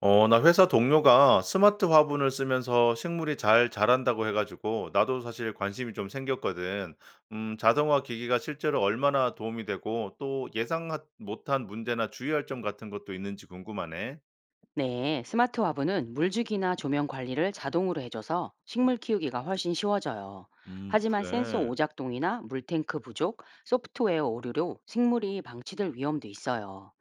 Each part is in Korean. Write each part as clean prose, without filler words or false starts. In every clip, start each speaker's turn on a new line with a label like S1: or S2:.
S1: 나 회사 동료가 스마트 화분을 쓰면서 식물이 잘 자란다고 해가지고 나도 사실 관심이 좀 생겼거든. 자동화 기기가 실제로 얼마나 도움이 되고 또 예상 못한 문제나 주의할 점 같은 것도 있는지 궁금하네.
S2: 네, 스마트 화분은 물주기나 조명 관리를 자동으로 해줘서 식물 키우기가 훨씬 쉬워져요. 하지만 센서
S1: 그래.
S2: 오작동이나 물탱크 부족, 소프트웨어 오류로 식물이 방치될 위험도 있어요.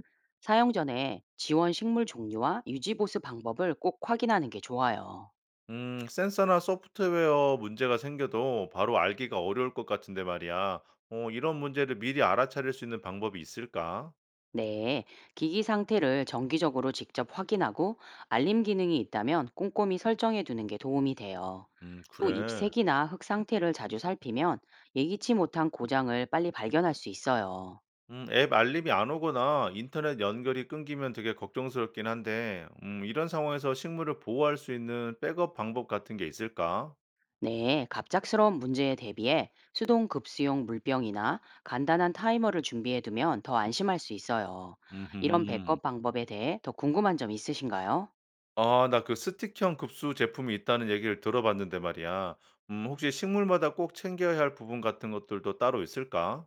S2: 사용 전에 지원 식물 종류와 유지 보수 방법을 꼭 확인하는 게 좋아요.
S1: 센서나 소프트웨어 문제가 생겨도 바로 알기가 어려울 것 같은데 말이야. 이런 문제를 미리 알아차릴 수 있는 방법이 있을까?
S2: 네, 기기 상태를 정기적으로 직접 확인하고 알림 기능이 있다면 꼼꼼히 설정해 두는 게 도움이 돼요. 또 입
S1: 그래.
S2: 색이나 흙 상태를 자주 살피면 예기치 못한 고장을 빨리 발견할 수 있어요.
S1: 앱 알림이 안 오거나 인터넷 연결이 끊기면 되게 걱정스럽긴 한데 이런 상황에서 식물을 보호할 수 있는 백업 방법 같은 게 있을까?
S2: 네, 갑작스러운 문제에 대비해 수동 급수용 물병이나 간단한 타이머를 준비해 두면 더 안심할 수 있어요. 이런
S1: 음
S2: 백업 방법에 대해 더 궁금한 점 있으신가요?
S1: 아, 나 그 스틱형 급수 제품이 있다는 얘기를 들어봤는데 말이야. 혹시 식물마다 꼭 챙겨야 할 부분 같은 것들도 따로 있을까?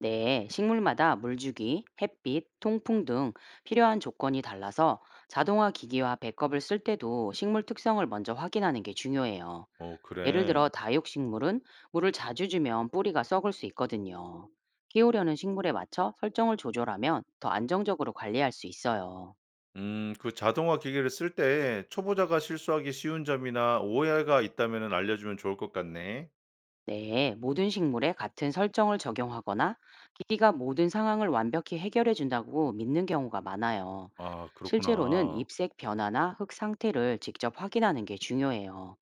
S2: 네, 식물마다 물주기, 햇빛, 통풍 등 필요한 조건이 달라서 자동화 기기와 백업을 쓸 때도 식물 특성을 먼저 확인하는 게 중요해요.
S1: 어,
S2: 예를
S1: 그래.
S2: 들어 다육식물은 물을 자주 주면 뿌리가 썩을 수 있거든요. 키우려는 식물에 맞춰 설정을 조절하면 더 안정적으로 관리할 수 있어요.
S1: 그 자동화 기기를 쓸 때 초보자가 실수하기 쉬운 점이나 오해가 있다면 알려주면 좋을 것 같네.
S2: 네, 모든 식물에 같은 설정을 적용하거나 기기가 모든 상황을 완벽히 해결해 준다고 믿는 경우가 많아요.
S1: 아,
S2: 실제로는
S1: 그렇구나.
S2: 잎색 변화나 흙 상태를 직접 확인하는 게 중요해요.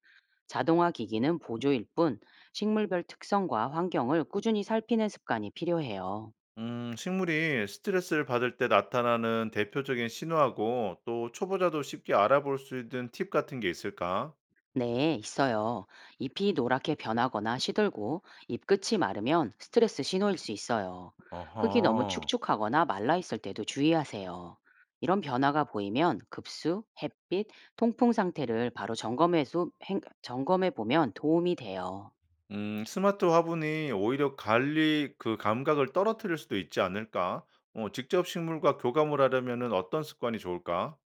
S2: 자동화 기기는 보조일 뿐 식물별 특성과 환경을 꾸준히 살피는 습관이 필요해요.
S1: 식물이 스트레스를 받을 때 나타나는 대표적인 신호하고 또 초보자도 쉽게 알아볼 수 있는 팁 같은 게 있을까?
S2: 네, 있어요. 잎이 노랗게 변하거나 시들고 잎끝이 마르면 스트레스 신호일 수 있어요. 흙이 너무
S1: 어허,
S2: 축축하거나 말라 있을 때도 주의하세요. 이런 변화가 보이면 급수, 햇빛, 통풍 상태를 바로 점검해 보면 도움이 돼요.
S1: 스마트 화분이 오히려 관리 그 감각을 떨어뜨릴 수도 있지 않을까? 직접 식물과 교감을 하려면은 어떤 습관이 좋을까?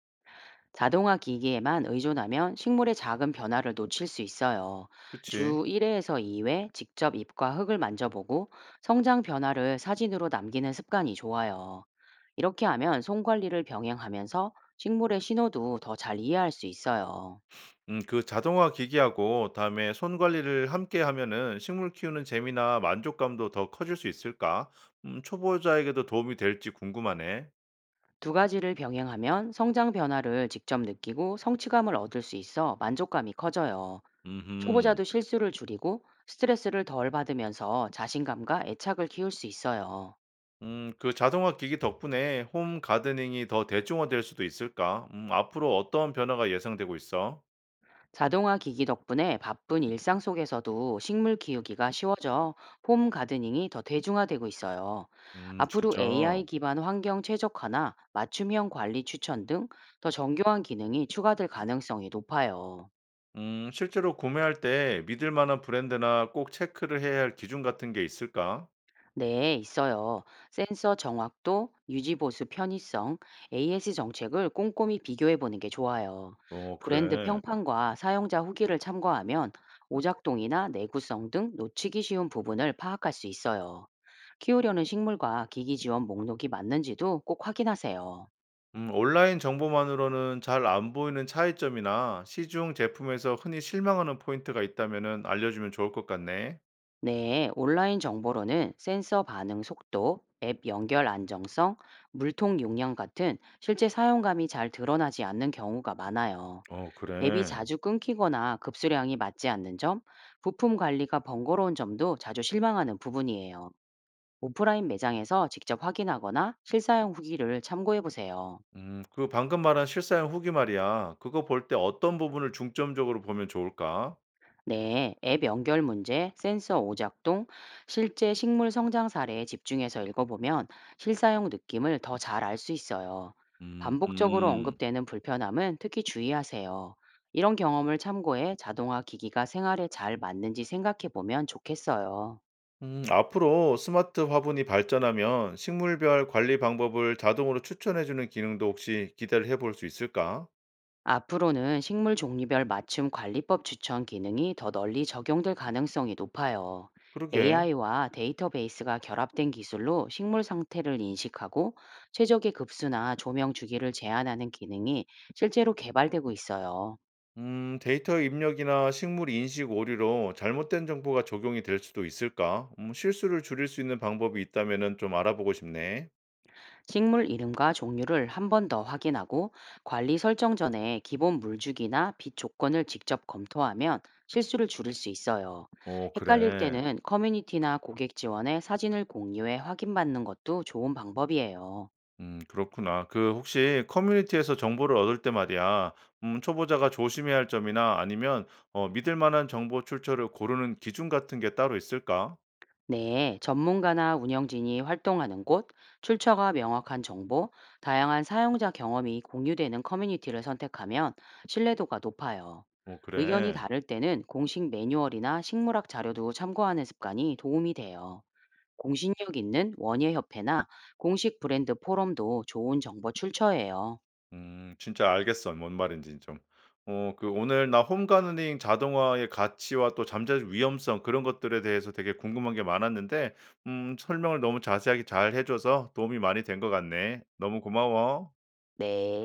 S2: 자동화 기기에만 의존하면 식물의 작은 변화를 놓칠 수 있어요.
S1: 그치.
S2: 주 1회에서 2회 직접 잎과 흙을 만져보고 성장 변화를 사진으로 남기는 습관이 좋아요. 이렇게 하면 손 관리를 병행하면서 식물의 신호도 더 잘 이해할 수 있어요.
S1: 그 자동화 기기하고 다음에 손 관리를 함께 하면은 식물 키우는 재미나 만족감도 더 커질 수 있을까? 초보자에게도 도움이 될지 궁금하네.
S2: 두 가지를 병행하면 성장 변화를 직접 느끼고 성취감을 얻을 수 있어 만족감이 커져요.
S1: 음흠.
S2: 초보자도 실수를 줄이고 스트레스를 덜 받으면서 자신감과 애착을 키울 수 있어요.
S1: 그 자동화 기기 덕분에 홈 가드닝이 더 대중화될 수도 있을까? 앞으로 어떤 변화가 예상되고 있어?
S2: 자동화 기기 덕분에 바쁜 일상 속에서도 식물 키우기가 쉬워져 홈 가드닝이 더 대중화되고 있어요. 앞으로
S1: 진짜.
S2: AI 기반 환경 최적화나 맞춤형 관리 추천 등 더 정교한 기능이 추가될 가능성이 높아요.
S1: 실제로 구매할 때 믿을 만한 브랜드나 꼭 체크를 해야 할 기준 같은 게 있을까?
S2: 네, 있어요. 센서 정확도, 유지보수 편의성, AS 정책을 꼼꼼히 비교해 보는 게 좋아요.
S1: 어,
S2: 브랜드
S1: 그래.
S2: 평판과 사용자 후기를 참고하면 오작동이나 내구성 등 놓치기 쉬운 부분을 파악할 수 있어요. 키우려는 식물과 기기 지원 목록이 맞는지도 꼭 확인하세요.
S1: 온라인 정보만으로는 잘 안 보이는 차이점이나 시중 제품에서 흔히 실망하는 포인트가 있다면 알려주면 좋을 것 같네.
S2: 네, 온라인 정보로는 센서 반응 속도, 앱 연결 안정성, 물통 용량 같은 실제 사용감이 잘 드러나지 않는 경우가 많아요.
S1: 어,
S2: 앱이
S1: 그래.
S2: 자주 끊기거나 급수량이 맞지 않는 점, 부품 관리가 번거로운 점도 자주 실망하는 부분이에요. 오프라인 매장에서 직접 확인하거나 실사용 후기를 참고해 보세요.
S1: 그 방금 말한 실사용 후기 말이야. 그거 볼 때 어떤 부분을 중점적으로 보면 좋을까?
S2: 네, 앱 연결 문제, 센서 오작동, 실제 식물 성장 사례에 집중해서 읽어보면 실사용 느낌을 더 잘 알 수 있어요.
S1: 음
S2: 반복적으로
S1: 음,
S2: 언급되는 불편함은 특히 주의하세요. 이런 경험을 참고해 자동화 기기가 생활에 잘 맞는지 생각해 보면 좋겠어요.
S1: 앞으로 스마트 화분이 발전하면 식물별 관리 방법을 자동으로 추천해주는 기능도 혹시 기대를 해볼 수 있을까?
S2: 앞으로는 식물 종류별 맞춤 관리법 추천 기능이 더 널리 적용될 가능성이 높아요.
S1: 그러게.
S2: AI와 데이터베이스가 결합된 기술로 식물 상태를 인식하고 최적의 급수나 조명 주기를 제한하는 기능이 실제로 개발되고 있어요.
S1: 데이터 입력이나 식물 인식 오류로 잘못된 정보가 적용이 될 수도 있을까? 실수를 줄일 수 있는 방법이 있다면 좀 알아보고 싶네.
S2: 식물 이름과 종류를 한 번 더 확인하고 관리 설정 전에 기본 물주기나 빛 조건을 직접 검토하면 실수를 줄일 수 있어요.
S1: 어,
S2: 헷갈릴
S1: 그래.
S2: 때는 커뮤니티나 고객 지원에 사진을 공유해 확인받는 것도 좋은 방법이에요.
S1: 그렇구나. 그 혹시 커뮤니티에서 정보를 얻을 때 말이야. 초보자가 조심해야 할 점이나 아니면 믿을 만한 정보 출처를 고르는 기준 같은 게 따로 있을까?
S2: 네, 전문가나 운영진이 활동하는 곳, 출처가 명확한 정보, 다양한 사용자 경험이 공유되는 커뮤니티를 선택하면 신뢰도가 높아요.
S1: 어
S2: 의견이
S1: 그래.
S2: 다를 때는 공식 매뉴얼이나 식물학 자료도 참고하는 습관이 도움이 돼요. 공신력 있는 원예협회나 공식 브랜드 포럼도 좋은 정보 출처예요.
S1: 진짜 알겠어. 뭔 말인지 좀. 그 오늘 나 홈가누닝 자동화의 가치와 또 잠재적 위험성 그런 것들에 대해서 되게 궁금한 게 많았는데 설명을 너무 자세하게 잘해 줘서 도움이 많이 된 것 같네. 너무 고마워.
S2: 네.